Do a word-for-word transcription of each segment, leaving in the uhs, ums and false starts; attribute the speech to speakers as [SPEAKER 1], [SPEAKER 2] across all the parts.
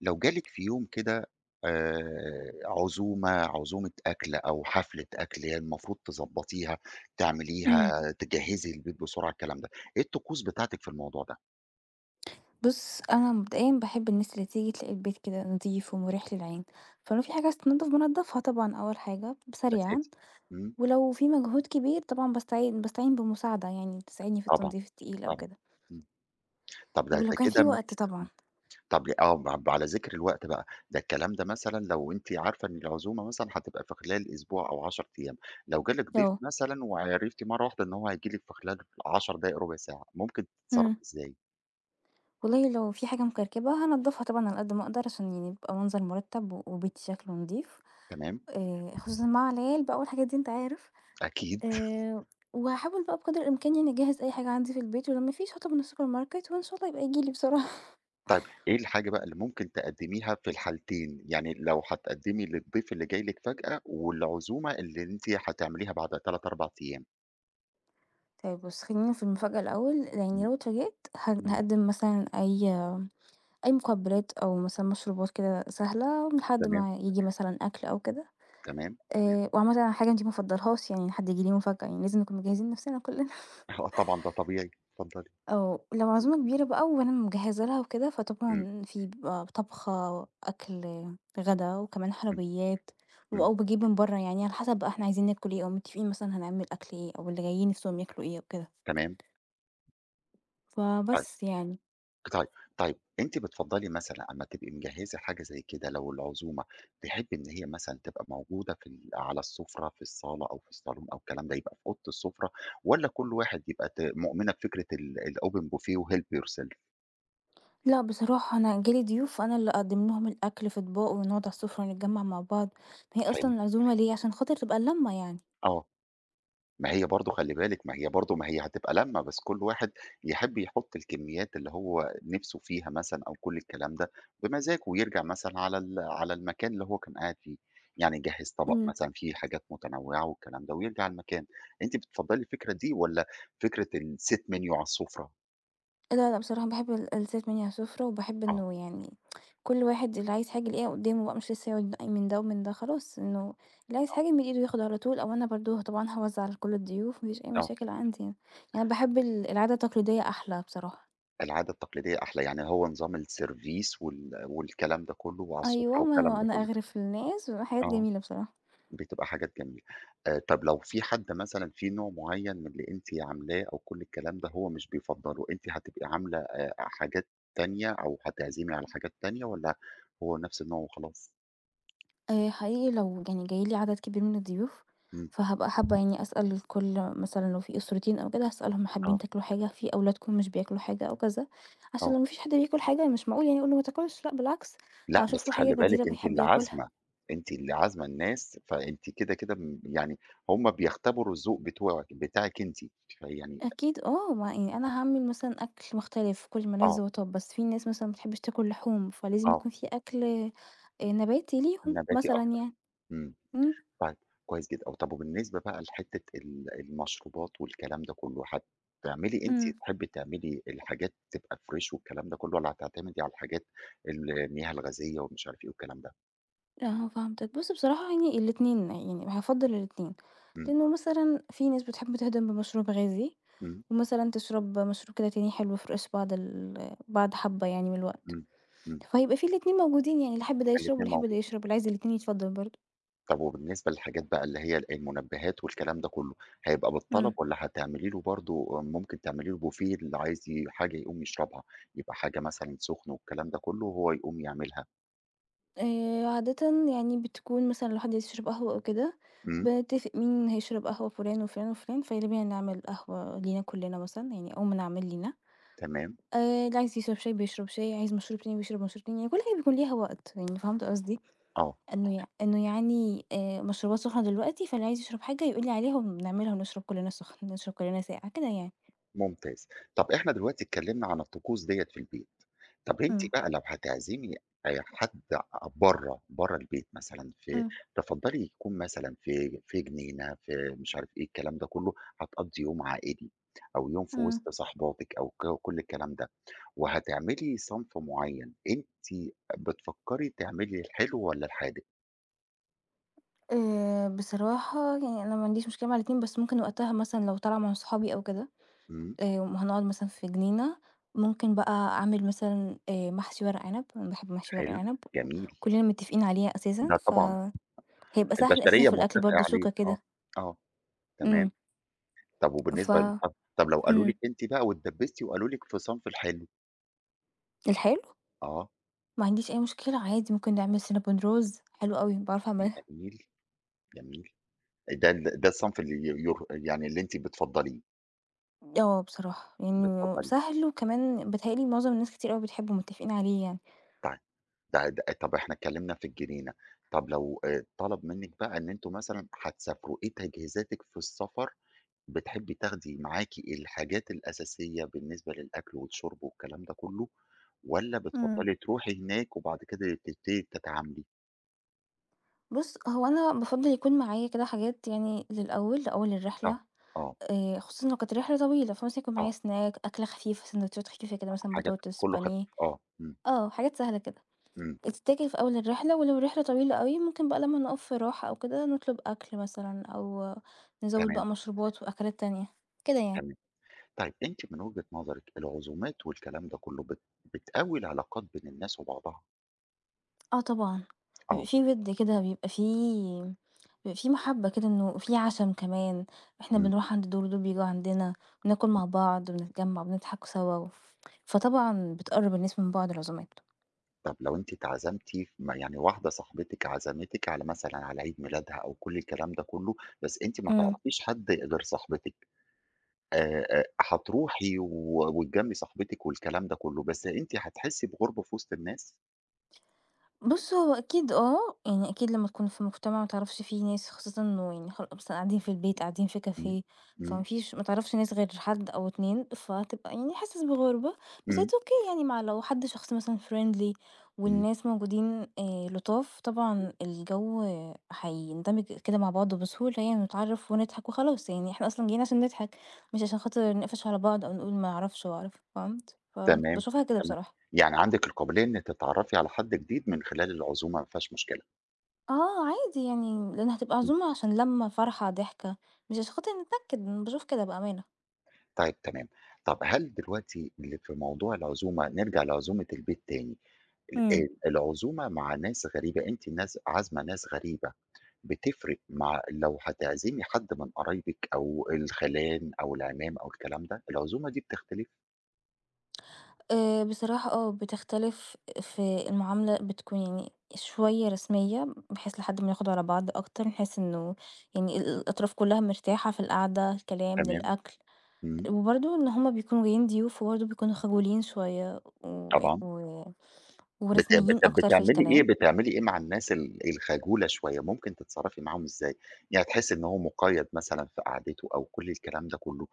[SPEAKER 1] لو جالِك في يوم كده آآ عزومة، عزومة أكل أو حفلة أكل هي المفروض تضبّطيها،
[SPEAKER 2] إمم.
[SPEAKER 1] تعمليها، تجهّزي البيت بسرعة الكلام ده، إيه الطقوس بتاعتِك في الموضوع ده؟
[SPEAKER 2] بُص، أنا مبدئيًا باحب الناس اللي تيجي تلاقي البيت كده نضيف ومريح للعين، فلو في حاجة عايزة تتنضّف بانضّفها طبعًا أول حاجة سريعًا،
[SPEAKER 1] الأساسي؟ إمم،
[SPEAKER 2] ولو في مجهود كبير طبعًا باستعين باستعين بمساعدة يعني تساعدني في
[SPEAKER 1] طبعًا،
[SPEAKER 2] التنضيف التقيل أو
[SPEAKER 1] طبعًا.
[SPEAKER 2] كده،
[SPEAKER 1] إمم. طب ده
[SPEAKER 2] ولو
[SPEAKER 1] ده
[SPEAKER 2] كان
[SPEAKER 1] كده
[SPEAKER 2] في
[SPEAKER 1] م
[SPEAKER 2] وقت طبعًا.
[SPEAKER 1] طب آه، ب على ذِكر الوقت بقى، ده الكلام ده مثلًا لو أنتِ عارفة إن العزومة مثلًا هتبقى في خلال أسبوع أو عشر أيام، لو جالِك ضيف
[SPEAKER 2] آه،
[SPEAKER 1] مثلًا وعرفتِ مرّة واحدة إن هو هييجي لِك في خلال عشر دقايق، ربع ساعة، ممكن تتصرّفي
[SPEAKER 2] إمم.
[SPEAKER 1] إزاي؟
[SPEAKER 2] والله لو في حاجة مكركبة هانضّفها طبعًا على قد ما أقدر عشان يعني يبقى منظر مُرتّب و وبيتي شكله نضيف،
[SPEAKER 1] تمام،
[SPEAKER 2] آآ خصوصًا مع العيال بقى والحاجات دي أنت عارف.
[SPEAKER 1] أكيد.
[SPEAKER 2] كويس. آآ وهاحاول بقى بقدر الإمكان يعني أجهّز أي حاجة عندي في البيت، ولو ما فيش هاطلب من السوبر ماركت وإن شاء الله يبقى ييجي لي بسرعة.
[SPEAKER 1] طيب إيه الحاجة بقى اللي ممكن تقدّميها في الحالتين؟ يعني لو هتقدّمي للضيف اللي جاي لِك فجأة، والعزومة اللي أنتِ هتعمليها بعد ثلاثة، أربعة أيام.
[SPEAKER 2] طيب بُص، خلّينا في المفاجأة الأول، يعني
[SPEAKER 1] إمم،
[SPEAKER 2] لو اتفاجئت ه
[SPEAKER 1] إمم.
[SPEAKER 2] هاقدّم مثلًا أي أي مقبّلات أو مثلًا مشروبات كده سهلة لحد
[SPEAKER 1] تمام،
[SPEAKER 2] ما ييجي مثلًا أكل أو كده،
[SPEAKER 1] تمام.
[SPEAKER 2] تمام. آآ وعامةً حاجة أنتِ ما بافضّلهاش يعني إن حد ييجي لي مفاجأة، يعني لازم نكون مجهّزين نَفْسنا كلنا.
[SPEAKER 1] آه طبعًا ده طبيعي، اتفضلي.
[SPEAKER 2] آه، لو عزومة كبيرة بقى وأنا مجهزة لها وكده،
[SPEAKER 1] إمم،
[SPEAKER 2] فطبعًا في بيبقى طبخة، أكل، غدا، وكمان
[SPEAKER 1] إمم،
[SPEAKER 2] حلويات، و
[SPEAKER 1] إمم،
[SPEAKER 2] أو باجيب من برّه يعني على حسب بقى إحنا عايزين ناكل إيه، أو متفقين مثلًا هنعمل أكل إيه، أو اللي جايين نفسهم ياكلوا إيه أو كده،
[SPEAKER 1] تمام. طيب،
[SPEAKER 2] فبس يعني.
[SPEAKER 1] طيب، طيب أنتِ بتفضّلي مثلًا أمّا تبقي مجهّزة حاجة زي كده لو العزومة، تحبّي إن هي مثلًا تبقى موجودة في ال على السفرة في الصالة أو في الصالون أو الكلام ده، يبقى في أوضة السفرة والّا كل واحد يبقى ت مؤمنة بفكرة ال الopen buffet وhelp yourself؟
[SPEAKER 2] لأ بصراحة أنا جه لي ضيوف فأنا اللي أقدّم لهم الأكل في أطباق ونقعد على السفرة ونتجمّع مع بعض، هي
[SPEAKER 1] حلو،
[SPEAKER 2] أصلًا العزومة ليه؟ عشان خاطر تبقى اللمة يعني.
[SPEAKER 1] آه، ما هي برضه خلّي بالِك ما هي برضه ما هي هتبقى لمّة، بس كل واحد يحب يحط الكميات اللي هو نِفْسه فيها مثلًا أو كل الكلام ده بمزاجه، ويرجع مثلًا على ال على المكان اللي هو كان قاعد فيه، يعني يجهّز طبق
[SPEAKER 2] إمم.
[SPEAKER 1] مثلًا فيه حاجات متنوعة والكلام ده ويرجع على المكان، أنتِ بتفضّلي الفكرة دي والّا فكرة الset menu على السفرة؟
[SPEAKER 2] لا، لأ، بصراحة باحب ال الزيت من على السُفرة، وباحب
[SPEAKER 1] آه،
[SPEAKER 2] إنه يعني كل واحد اللي عايز حاجة يلاقيها قدّامه بقى، مش لسه يقعد ينقي من ده ومن ده، خلاص إنه اللي عايز
[SPEAKER 1] آه،
[SPEAKER 2] حاجة من إيده ياخد على طول، أو أنا برضه طبعًا هاوزّع على كل الضيوف، ما فيش أي
[SPEAKER 1] آه،
[SPEAKER 2] مشاكل عندي يعني. يعني باحب ال العادة التقليدية أحلى بصراحة.
[SPEAKER 1] العادة التقليدية أحلى، يعني هو نظام السيرفيس وال والكلام ده كله وعلى السفرة
[SPEAKER 2] أيوه، ما
[SPEAKER 1] والكلام
[SPEAKER 2] ما
[SPEAKER 1] ده
[SPEAKER 2] أنا
[SPEAKER 1] كله،
[SPEAKER 2] أغرِف الناس وحاجات
[SPEAKER 1] آه.
[SPEAKER 2] جميلة بصراحة.
[SPEAKER 1] بتبقى حاجات جميلة. آآ طَب لو في حد مثلًا في نوع معيّن من اللي أنتِ عاملاه أو كل الكلام ده هو مش بيفضّله، أنتِ هتبقي عاملة آآ حاجات تانية أو هتعزمي على حاجات تانية والّا هو نفس النوع وخلاص؟
[SPEAKER 2] آآ حقيقي لو يعني جاي لي عدد كبير من الضيوف،
[SPEAKER 1] إمم.
[SPEAKER 2] فهابقى حابة يعني أسأل الكل مثلًا لو في أسرتين أو كده هاسألهم
[SPEAKER 1] آه،
[SPEAKER 2] حابين تاكلوا حاجة، في أولادكم مش بياكلوا حاجة أو كذا، عشان
[SPEAKER 1] آه.
[SPEAKER 2] لو ما فيش حد بياكل حاجة مش معقول يعني أقول له ما تاكلش، لأ بالعكس
[SPEAKER 1] لأ، بس
[SPEAKER 2] هاشوف له حاجة
[SPEAKER 1] خلّي
[SPEAKER 2] بديلة
[SPEAKER 1] بالِك أنتِ
[SPEAKER 2] بيحب
[SPEAKER 1] اللي
[SPEAKER 2] ياكلها.
[SPEAKER 1] عازمة، أنتِ اللي عازمة الناس، فأنتِ كده، كده م يعني هم بيختبروا الذوق بتوعِك بتاعِك أنتِ، فيعني
[SPEAKER 2] أكيد آه، ما يعني أنا هاعمل مثلًا أكل مختلف كل ما
[SPEAKER 1] آه،
[SPEAKER 2] لذ وطاب، بس في ناس مثلًا ما بتحبش تاكل لحوم، فلازم
[SPEAKER 1] آه،
[SPEAKER 2] يكون في أكل آآ نباتي ليهم
[SPEAKER 1] النباتي
[SPEAKER 2] مثلًا
[SPEAKER 1] أكتر.
[SPEAKER 2] يعني.
[SPEAKER 1] إمم.
[SPEAKER 2] إمم،
[SPEAKER 1] طيب، كويس جدًا، أو طب وبالنسبة بقى لحتّة ال المشروبات والكلام ده كلّه، هتعملي أنتِ
[SPEAKER 2] إمم.
[SPEAKER 1] تحبّي تعملي الحاجات تبقى فريش والكلام ده كلّه، والّا هتعتمدي على الحاجات ال المياه الغازية ومش عارف إيه والكلام ده؟
[SPEAKER 2] أها فهمتك. بُص بصراحة يعني الاتنين، يعني هافضّل الاتنين،
[SPEAKER 1] إمم،
[SPEAKER 2] لإنه مثلًا في ناس بتحب تهضم بمشروب غازي،
[SPEAKER 1] إمم،
[SPEAKER 2] ومثلًا تشرب مشروب كده تاني حلو فريش بعد ال بعد حبّة يعني من الوقت،
[SPEAKER 1] إمم، إمم،
[SPEAKER 2] فهيبقى في الاتنين موجودين يعني اللي يحب ده يشرب
[SPEAKER 1] الاتنين
[SPEAKER 2] واللي يحب ده
[SPEAKER 1] موجودين،
[SPEAKER 2] يشرب، اللي عايز الاتنين يتفضّل برضه.
[SPEAKER 1] طب وبالنسبة للحاجات بقى اللي هي ال المنبهات والكلام ده كلّه، هيبقى
[SPEAKER 2] إمم.
[SPEAKER 1] بالطلب والّا هتعملي له برضه ممكن تعملي له بوفيه اللي عايز ي حاجة يقوم يشربها، يبقى حاجة مثلًا سخنة والكلام ده كلّه وهو يقوم يعملها؟
[SPEAKER 2] آآ عادةً يعني بتكون مثلًا لو حد عايز يشرب قهوة أو كده،
[SPEAKER 1] إمم،
[SPEAKER 2] بنتفق مين هيشرب قهوة فُلان وفُلان وفُلان، فيلا بينا نعمل قهوة لينا كُلّنا مثلًا يعني أو ما نعمل لينا.
[SPEAKER 1] تمام،
[SPEAKER 2] آآ اللي عايز يشرب شاي بيشرب شاي، عايز مشروب تاني بيشرب مشروب تاني، يعني كل حاجة بيكون ليها وقت، يعني فهمت قصدي؟
[SPEAKER 1] آه.
[SPEAKER 2] إنه يع إنه يعني آآ مشروبات سخنة دلوقتي، فاللي عايز يشرب حاجة يقول لي عليها ونعملها ونشرب كلنا سخن، نشرب كلنا ساقع، كده يعني.
[SPEAKER 1] ممتاز. طَب إحنا دلوقتي اتكلّمنا عن الطقوس ديّة في البيت، طَب أنتِ
[SPEAKER 2] إمم،
[SPEAKER 1] بقى لو هتعزمي أي حد برّه، برّه البيت مثلًا في
[SPEAKER 2] إمم،
[SPEAKER 1] تفضّلي يكون مثلًا في في جنينة، في مش عارف إيه الكلام ده كُلّه، هتقضّي يوم عائلي أو يوم في
[SPEAKER 2] إمم.
[SPEAKER 1] وسط صاحباتِك أو ك كل الكلام ده، وهتعملي صنف معيّن، أنتِ بتفكّري تعملي الحلو والّا الحادق؟
[SPEAKER 2] آآ بصراحة يعني أنا ما عنديش مشكلة مع الاتنين، بس ممكن وقتها مثلًا لو طالعة مع صحابي أو كده،
[SPEAKER 1] إمم،
[SPEAKER 2] آآ وهنقعد مثلًا في جنينة، ممكن بقى أعمل مثلًا آآ محشي ورق عنب، أنا باحب محشي ورق
[SPEAKER 1] حلو،
[SPEAKER 2] العنب،
[SPEAKER 1] جميل،
[SPEAKER 2] وكلنا متفقين عليه أساسًا،
[SPEAKER 1] ده طبعًا
[SPEAKER 2] فهيبقى سهل أساسًا
[SPEAKER 1] البشرية
[SPEAKER 2] في الأكل
[SPEAKER 1] متّفقة
[SPEAKER 2] برضه،
[SPEAKER 1] عليه،
[SPEAKER 2] شوكة
[SPEAKER 1] آه،
[SPEAKER 2] كده.
[SPEAKER 1] آه، تمام.
[SPEAKER 2] إمم،
[SPEAKER 1] طب
[SPEAKER 2] ف
[SPEAKER 1] وبالنسبة ل طب
[SPEAKER 2] إمم،
[SPEAKER 1] طب لو قالوا لِك أنتِ بقى واتدبّستِ وقالوا لِك في صنف الحلو،
[SPEAKER 2] الحلو؟
[SPEAKER 1] آه،
[SPEAKER 2] ما عنديش أي مشكلة عادي ممكن نعمل cinnamon rolls حلو أوي، باعرف أعملها.
[SPEAKER 1] جميل، جميل، ده ال ده الصنف اللي ي ير يعني اللي أنتِ بتفضّليه،
[SPEAKER 2] آه، بصراحة يعني
[SPEAKER 1] بتفضّليه،
[SPEAKER 2] سهل وكمان بيتهيأ لي معظم الناس كتير أوي بتحبه، متفقين عليه يعني.
[SPEAKER 1] طيب ده ده طب إحنا اتكلّمنا في الجنينة، طب لو آآ طلب منِّك بقى إن أنتم مثلًا هتسافروا، إيه تجهيزاتِك في السفر، بتحبّي تاخدي معاكِ الحاجات الأساسية بالنسبة للأكل والشرب والكلام ده كلّه، والّا
[SPEAKER 2] إمم.
[SPEAKER 1] بتفضّلي تروحي هناك وبعد كده تبتدي تتعاملي؟
[SPEAKER 2] بُص، هو أنا بافضّل يكون معايا كده حاجات يعني للأول، لأول
[SPEAKER 1] آه،
[SPEAKER 2] الرحلة،
[SPEAKER 1] آه،
[SPEAKER 2] آآ، خصوصًا لو كانت الرحلة طويلة، فمثلًا يكون
[SPEAKER 1] آه.
[SPEAKER 2] معايا snack أكلة خفيفة، سندوتشات خفيفة كده مثلًا
[SPEAKER 1] حاجات
[SPEAKER 2] بطاطس،
[SPEAKER 1] كُلّه
[SPEAKER 2] بانيه،
[SPEAKER 1] خفيف آه، إمم،
[SPEAKER 2] آه، حاجات سهلة كده.
[SPEAKER 1] إمم،
[SPEAKER 2] تتاكل في أول الرحلة، ولو الرحلة طويلة أوي ممكن بقى لمّا نقف في راحة أو كده نطلب أكل مثلًا أو نزوّد
[SPEAKER 1] تمام،
[SPEAKER 2] بقى مشروبات وأكلات تانية، كده يعني.
[SPEAKER 1] تمام. طيب أنتِ من وجهة نظرِك العزومات والكلام ده كُلّه بت بتقوّي العلاقات بين الناس وبعضها؟
[SPEAKER 2] آه طبعًا، بيبقى
[SPEAKER 1] آه،
[SPEAKER 2] في وِد كده، بيبقى في بيبقى في محبة كده إنه في عَشَم كمان، إحنا
[SPEAKER 1] إمم.
[SPEAKER 2] بنروح عند دول ودول بييجوا عندنا، بناكل مع بعض، بنتجمّع، بنضحك سوا، فطبعًا بتقرّب الناس من بعض العزومات.
[SPEAKER 1] طب لو أنتِ اتعزمتِ ف ما يعني واحدة صاحبتِك عزمتِك على مثلًا على عيد ميلادها أو كل الكلام ده كُلّه، بس أنتِ ما
[SPEAKER 2] إمم.
[SPEAKER 1] تعرفيش حد غير صاحبتِك، آآ، آآ، هتروحي و وتجاملي صاحبتِك والكلام ده كُلّه، بس أنتِ هتحسّي بغُربة في وسط الناس؟
[SPEAKER 2] بُص، هو أكيد آه، يعني أكيد لمّا تكون في مجتمع ما تعرفش فيه ناس خاصةً إنه يعني خل مثلًا قاعدين في البيت، قاعدين في
[SPEAKER 1] إمم،
[SPEAKER 2] كافيه، فما
[SPEAKER 1] إمم،
[SPEAKER 2] فيش ما تعرفش ناس غير حد أو اتنين فهتبقى يعني حاسس بغُربة، بس it's
[SPEAKER 1] إمم،
[SPEAKER 2] okay يعني مع لو حد شخص مثلًا friendly
[SPEAKER 1] إمم.
[SPEAKER 2] والناس موجودين آآ لطاف، طبعًا الجو آه، هيندمج كده مع بعضه بسهولة يعني ونتعرف ونضحك وخلاص، يعني إحنا أصلًا جايين عشان نضحك، مش عشان خاطر نقفش على بعض أو نقول ما أعرفش وأعرف، فهمت؟
[SPEAKER 1] تمام،
[SPEAKER 2] فباشوفها كده
[SPEAKER 1] تمام.
[SPEAKER 2] بصراحة.
[SPEAKER 1] يعني عندِك القابلية إن تتعرّفي على حد جديد من خلال العزومة ما فيهاش مشكلة.
[SPEAKER 2] آه عادي يعني، لإن هتبقى
[SPEAKER 1] إمم،
[SPEAKER 2] عزومة عشان لمّة، فرحة، ضحكة، مش عشان خاطر نتنكد، أنا باشوف كده بأمانة.
[SPEAKER 1] طيب تمام. طَب هل دلوقتي ل في موضوع العزومة نرجع لعزومة البيت تاني، ال
[SPEAKER 2] إمم.
[SPEAKER 1] آآ العزومة مع ناس غريبة، أنتِ ناس عازمة ناس غريبة، بتفرق مع لو هتعزمي حد من قرايبِك أو الخَلان أو العمام أو الكلام ده، العزومة دي بتختلف؟
[SPEAKER 2] آآ بصراحة آه، بتختلف في المعاملة بتكون يعني شوية رسمية، بحيث لحد ما ناخد على بعض أكتر، نحس إنه يعني ال الأطراف كلّها مرتاحة في القعدة، الكلام،
[SPEAKER 1] تمام،
[SPEAKER 2] للأكل،
[SPEAKER 1] إمم،
[SPEAKER 2] وبرضه إن هُم بيكونوا جايين ضيوف، وبرضه بيكونوا خجولين شوية و
[SPEAKER 1] طبعًا.
[SPEAKER 2] و
[SPEAKER 1] بت بت
[SPEAKER 2] ورسميين أكتر في
[SPEAKER 1] بتعملي إيه
[SPEAKER 2] الكلام.
[SPEAKER 1] بتعملي إيه مع الناس ال الخجولة شوية، ممكن تتصرّفي معاهم إزاي؟ يعني تحس إن هو مُقيّد مثلًا في قعدته أو كل الكلام ده كلّه،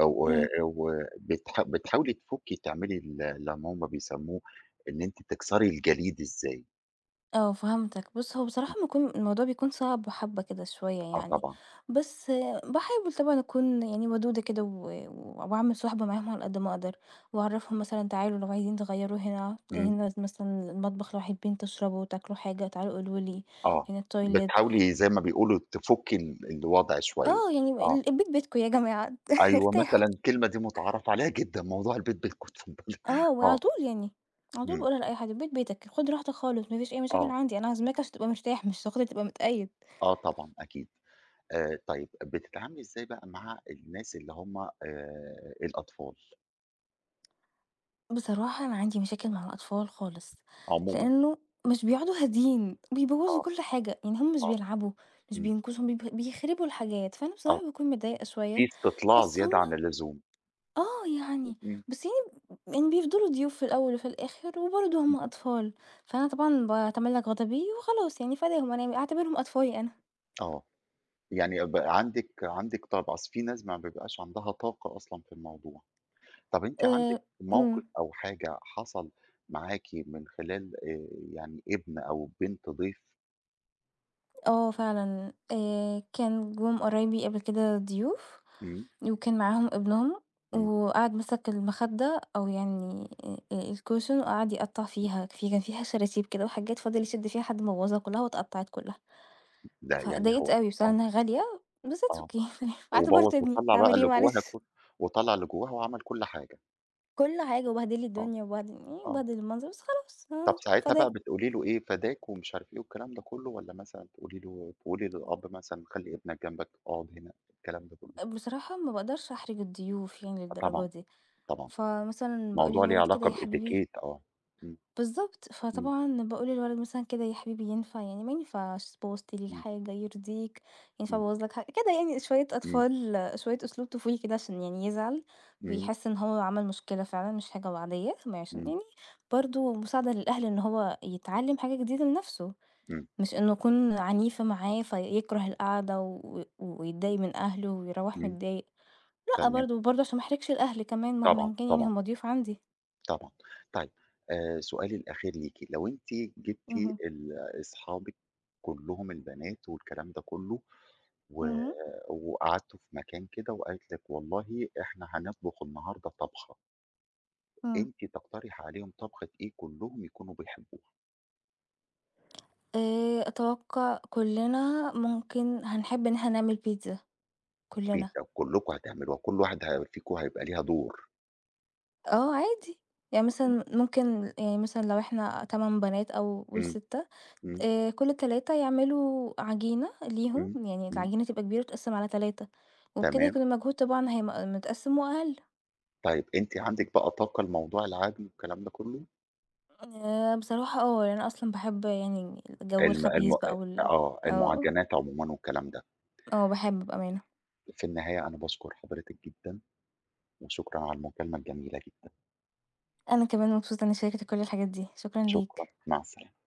[SPEAKER 1] أو
[SPEAKER 2] إمم.
[SPEAKER 1] و بتح بتحاولي تفُكّي تعملي ال اللي هُم بيسموه إن أنتِ تكسري الجليد إزاي؟
[SPEAKER 2] آه فهمتك، بُص هو بصراحة
[SPEAKER 1] إمم،
[SPEAKER 2] بيكون الموضوع بيكون صعب حبّة كده شوية
[SPEAKER 1] آه
[SPEAKER 2] يعني،
[SPEAKER 1] طبعًا،
[SPEAKER 2] بس باحاول طبعًا أكون يعني ودودة كده و و- وأعمل صُحبة معاهم على قد ما أقدر، وأعرّفهم مثلًا تعالوا لو عايزين تغيّروا هنا،
[SPEAKER 1] إمم،
[SPEAKER 2] هنا مثلًا المطبخ لو حابين تشربوا وتاكلوا حاجة تعالوا قولوا لي،
[SPEAKER 1] آه،
[SPEAKER 2] هنا الtoilet
[SPEAKER 1] بتحاولي زي ما بيقولوا تفُكّي ال الوضع شوية،
[SPEAKER 2] آه يعني
[SPEAKER 1] آه،
[SPEAKER 2] ال البيت بيتكم يا جماعة
[SPEAKER 1] أيوه
[SPEAKER 2] ارتاحوا،
[SPEAKER 1] مثلًا الكلمة دي متعارف عليها جدًا، موضوع البيت بيتكم
[SPEAKER 2] آه وعلى
[SPEAKER 1] آه،
[SPEAKER 2] طول يعني، على طول
[SPEAKER 1] إمم،
[SPEAKER 2] باقولها لأي حد البيت بيتك، خُد راحتك خالص ما فيش أي مشاكل
[SPEAKER 1] آه،
[SPEAKER 2] عندي، أنا عازماك عشان تبقى مرتاح مش هاخدك تبقى متقيد.
[SPEAKER 1] آه طبعًا أكيد. آآ طيب بتتعاملي إزاي بقى مع الناس اللي هم آآ الأطفال
[SPEAKER 2] بصراحة أنا عندي مشاكل مع الأطفال خالص،
[SPEAKER 1] عمومًا؟
[SPEAKER 2] لإنه مش بيقعدوا هاديين، بيبوظوا
[SPEAKER 1] آه،
[SPEAKER 2] كل حاجة، يعني هم مش
[SPEAKER 1] آه،
[SPEAKER 2] بيلعبوا، مش
[SPEAKER 1] إمم،
[SPEAKER 2] بينكشوا، بيب بيخربوا الحاجات، فأنا
[SPEAKER 1] آه،
[SPEAKER 2] بصراحة باكون متضايقة
[SPEAKER 1] في
[SPEAKER 2] شوية،
[SPEAKER 1] استطلاع
[SPEAKER 2] بس هم
[SPEAKER 1] زيادة عن اللزوم،
[SPEAKER 2] آه يعني
[SPEAKER 1] إمم،
[SPEAKER 2] بس يعني يعني بيفضلوا ضيوف في الأول وفي الآخر، وبرضه
[SPEAKER 1] إمم،
[SPEAKER 2] هم أطفال، فأنا طبعًا باتملك غضبي وخلاص يعني فداهم أنا أعتبرهم أطفالي أنا.
[SPEAKER 1] آه، يعني ب عندِك عندِك طب أصل في ناس ما بيبقاش عندها طاقة أصلًا في الموضوع، طب أنتِ
[SPEAKER 2] آآ
[SPEAKER 1] عندِك
[SPEAKER 2] إمم،
[SPEAKER 1] موقف أو حاجة حصل معاكِ من خلال آآ يعني ابن أو بنت ضيف؟
[SPEAKER 2] آه فعلًا آآ كان جُم قرايبي قبل كده ضيوف
[SPEAKER 1] إمم،
[SPEAKER 2] وكان معاهم ابنهم،
[SPEAKER 1] إمم،
[SPEAKER 2] وقعد مسك المخدة أو يعني آآ الcushion وقعد يقطّع فيها، في كان فيها شراتيب كده وحاجات فضل يشد فيها لحد ما بوّظها كلّها واتقطّعت كلّها،
[SPEAKER 1] ده يعني
[SPEAKER 2] فاتضايقت
[SPEAKER 1] هو
[SPEAKER 2] أوي بصراحة
[SPEAKER 1] آه،
[SPEAKER 2] إنها غالية، بس it's
[SPEAKER 1] آه،
[SPEAKER 2] okay تمام
[SPEAKER 1] وبوّظ
[SPEAKER 2] اعتبرت ابني،
[SPEAKER 1] وطلّع بقى
[SPEAKER 2] هاعمل إيه
[SPEAKER 1] اللي جواها
[SPEAKER 2] معلش،
[SPEAKER 1] كل وطلّع اللي جواها وعمل كل حاجة،
[SPEAKER 2] كل حاجة وبهدل لي
[SPEAKER 1] آه،
[SPEAKER 2] الدنيا وبهدل إيه
[SPEAKER 1] آه.
[SPEAKER 2] وبهدل المنظر بس خلاص
[SPEAKER 1] طب
[SPEAKER 2] آه
[SPEAKER 1] ساعتها بقى
[SPEAKER 2] فداه،
[SPEAKER 1] بتقولي له إيه، فداك ومش عارف إيه والكلام ده كله، والّا مثلًا تقولي له تقولي للأب مثلًا خلّي ابنك جنبك، اقعد هنا، الكلام ده كله؟
[SPEAKER 2] بصراحة ما باقدرش أحرج الضيوف يعني
[SPEAKER 1] آه طبعًا،
[SPEAKER 2] للدرجة دي،
[SPEAKER 1] طبعًا،
[SPEAKER 2] فمثلًا باقول
[SPEAKER 1] الموضوع ليه
[SPEAKER 2] للولد كده
[SPEAKER 1] علاقة
[SPEAKER 2] يا حبيبي
[SPEAKER 1] بEtiquette آه، إمم،
[SPEAKER 2] بالضبط،
[SPEAKER 1] إمم،
[SPEAKER 2] فطبعًا باقول للولد مثلًا كده يا حبيبي ينفع يعني ما ينفعش تبوّظ لي الحاجة، يرضيك، ينفع
[SPEAKER 1] إمم،
[SPEAKER 2] أبوّظ لك حاجة؟ كده يعني شوية
[SPEAKER 1] إمم،
[SPEAKER 2] أطفال شوية أسلوب طفولي كده عشان يعني يزعل
[SPEAKER 1] إمم، إمم،
[SPEAKER 2] ويحس إن هو عمل مشكلة فعلًا مش حاجة عادية، ما عشان
[SPEAKER 1] إمم،
[SPEAKER 2] يعني برضه مساعدة للأهل إن هو يتعلم حاجة جديدة لنفسه،
[SPEAKER 1] إمم،
[SPEAKER 2] مش إنه أكون عنيفة معاه فيكره القعدة و ويتضايق من أهله ويروّح
[SPEAKER 1] إمم،
[SPEAKER 2] متضايق، لأ
[SPEAKER 1] تمام،
[SPEAKER 2] برضه، وبرضه عشان ما أحرجش الأهل كمان
[SPEAKER 1] طبعًا،
[SPEAKER 2] مهمًا كان يعني
[SPEAKER 1] طبعًا،
[SPEAKER 2] هُم ضيوف عندي.
[SPEAKER 1] طبعًا. طيب آآ سؤالي الأخير ليكِ، لو أنتِ جبتِ
[SPEAKER 2] اهم،
[SPEAKER 1] ال أصحابِك كلّهم البنات والكلام ده كله و
[SPEAKER 2] اهم،
[SPEAKER 1] وقعدتوا في مكان كده وقالت لِك والله إحنا هنطبخ النهارده طبخة،
[SPEAKER 2] إمم.
[SPEAKER 1] أنتِ تقترحي عليهم طبخة إيه كلّهم يكونوا بيحبوها،
[SPEAKER 2] آآ أتوقع كُلّنا ممكن هنحب إن إحنا نعمل بيتزا كُلّنا،
[SPEAKER 1] بيتزا وكلّكم هتعملوها، كل واحدة فيكم هيبقى ليها دور.
[SPEAKER 2] آه عادي، يعني مثلًا ممكن يعني مثلًا لو إحنا تمانية بنات أو قُل
[SPEAKER 1] إمم،
[SPEAKER 2] ستة
[SPEAKER 1] إمم،
[SPEAKER 2] آآ كل تلاتة يعملوا عجينة ليهم،
[SPEAKER 1] إمم،
[SPEAKER 2] يعني
[SPEAKER 1] إمم،
[SPEAKER 2] العجينة تبقى كبيرة وتتقسّم على تلاتة وبكده
[SPEAKER 1] تمام.
[SPEAKER 2] يكون المجهود طبعًا هيم متقسّم وأقل.
[SPEAKER 1] طيب أنتِ عندِك بقى طاقة لموضوع العجن والكلام ده كلّه؟
[SPEAKER 2] آآ بصراحة آه، يعني أنا أصلًا باحب يعني الجو
[SPEAKER 1] الم
[SPEAKER 2] الخبيث
[SPEAKER 1] الم
[SPEAKER 2] بقى وال
[SPEAKER 1] آه،
[SPEAKER 2] آه،
[SPEAKER 1] المعجنات عمومًا والكلام ده.
[SPEAKER 2] آه باحب بأمانة.
[SPEAKER 1] في النهاية أنا باشكر حضرتِك جدًا وشكرًا على المكالمة الجميلة جدًا،
[SPEAKER 2] أنا كمان مبسوطة إني شاركتك كل الحاجات دي، شكرًا
[SPEAKER 1] شكرًا،
[SPEAKER 2] ليك.
[SPEAKER 1] مع السلامة.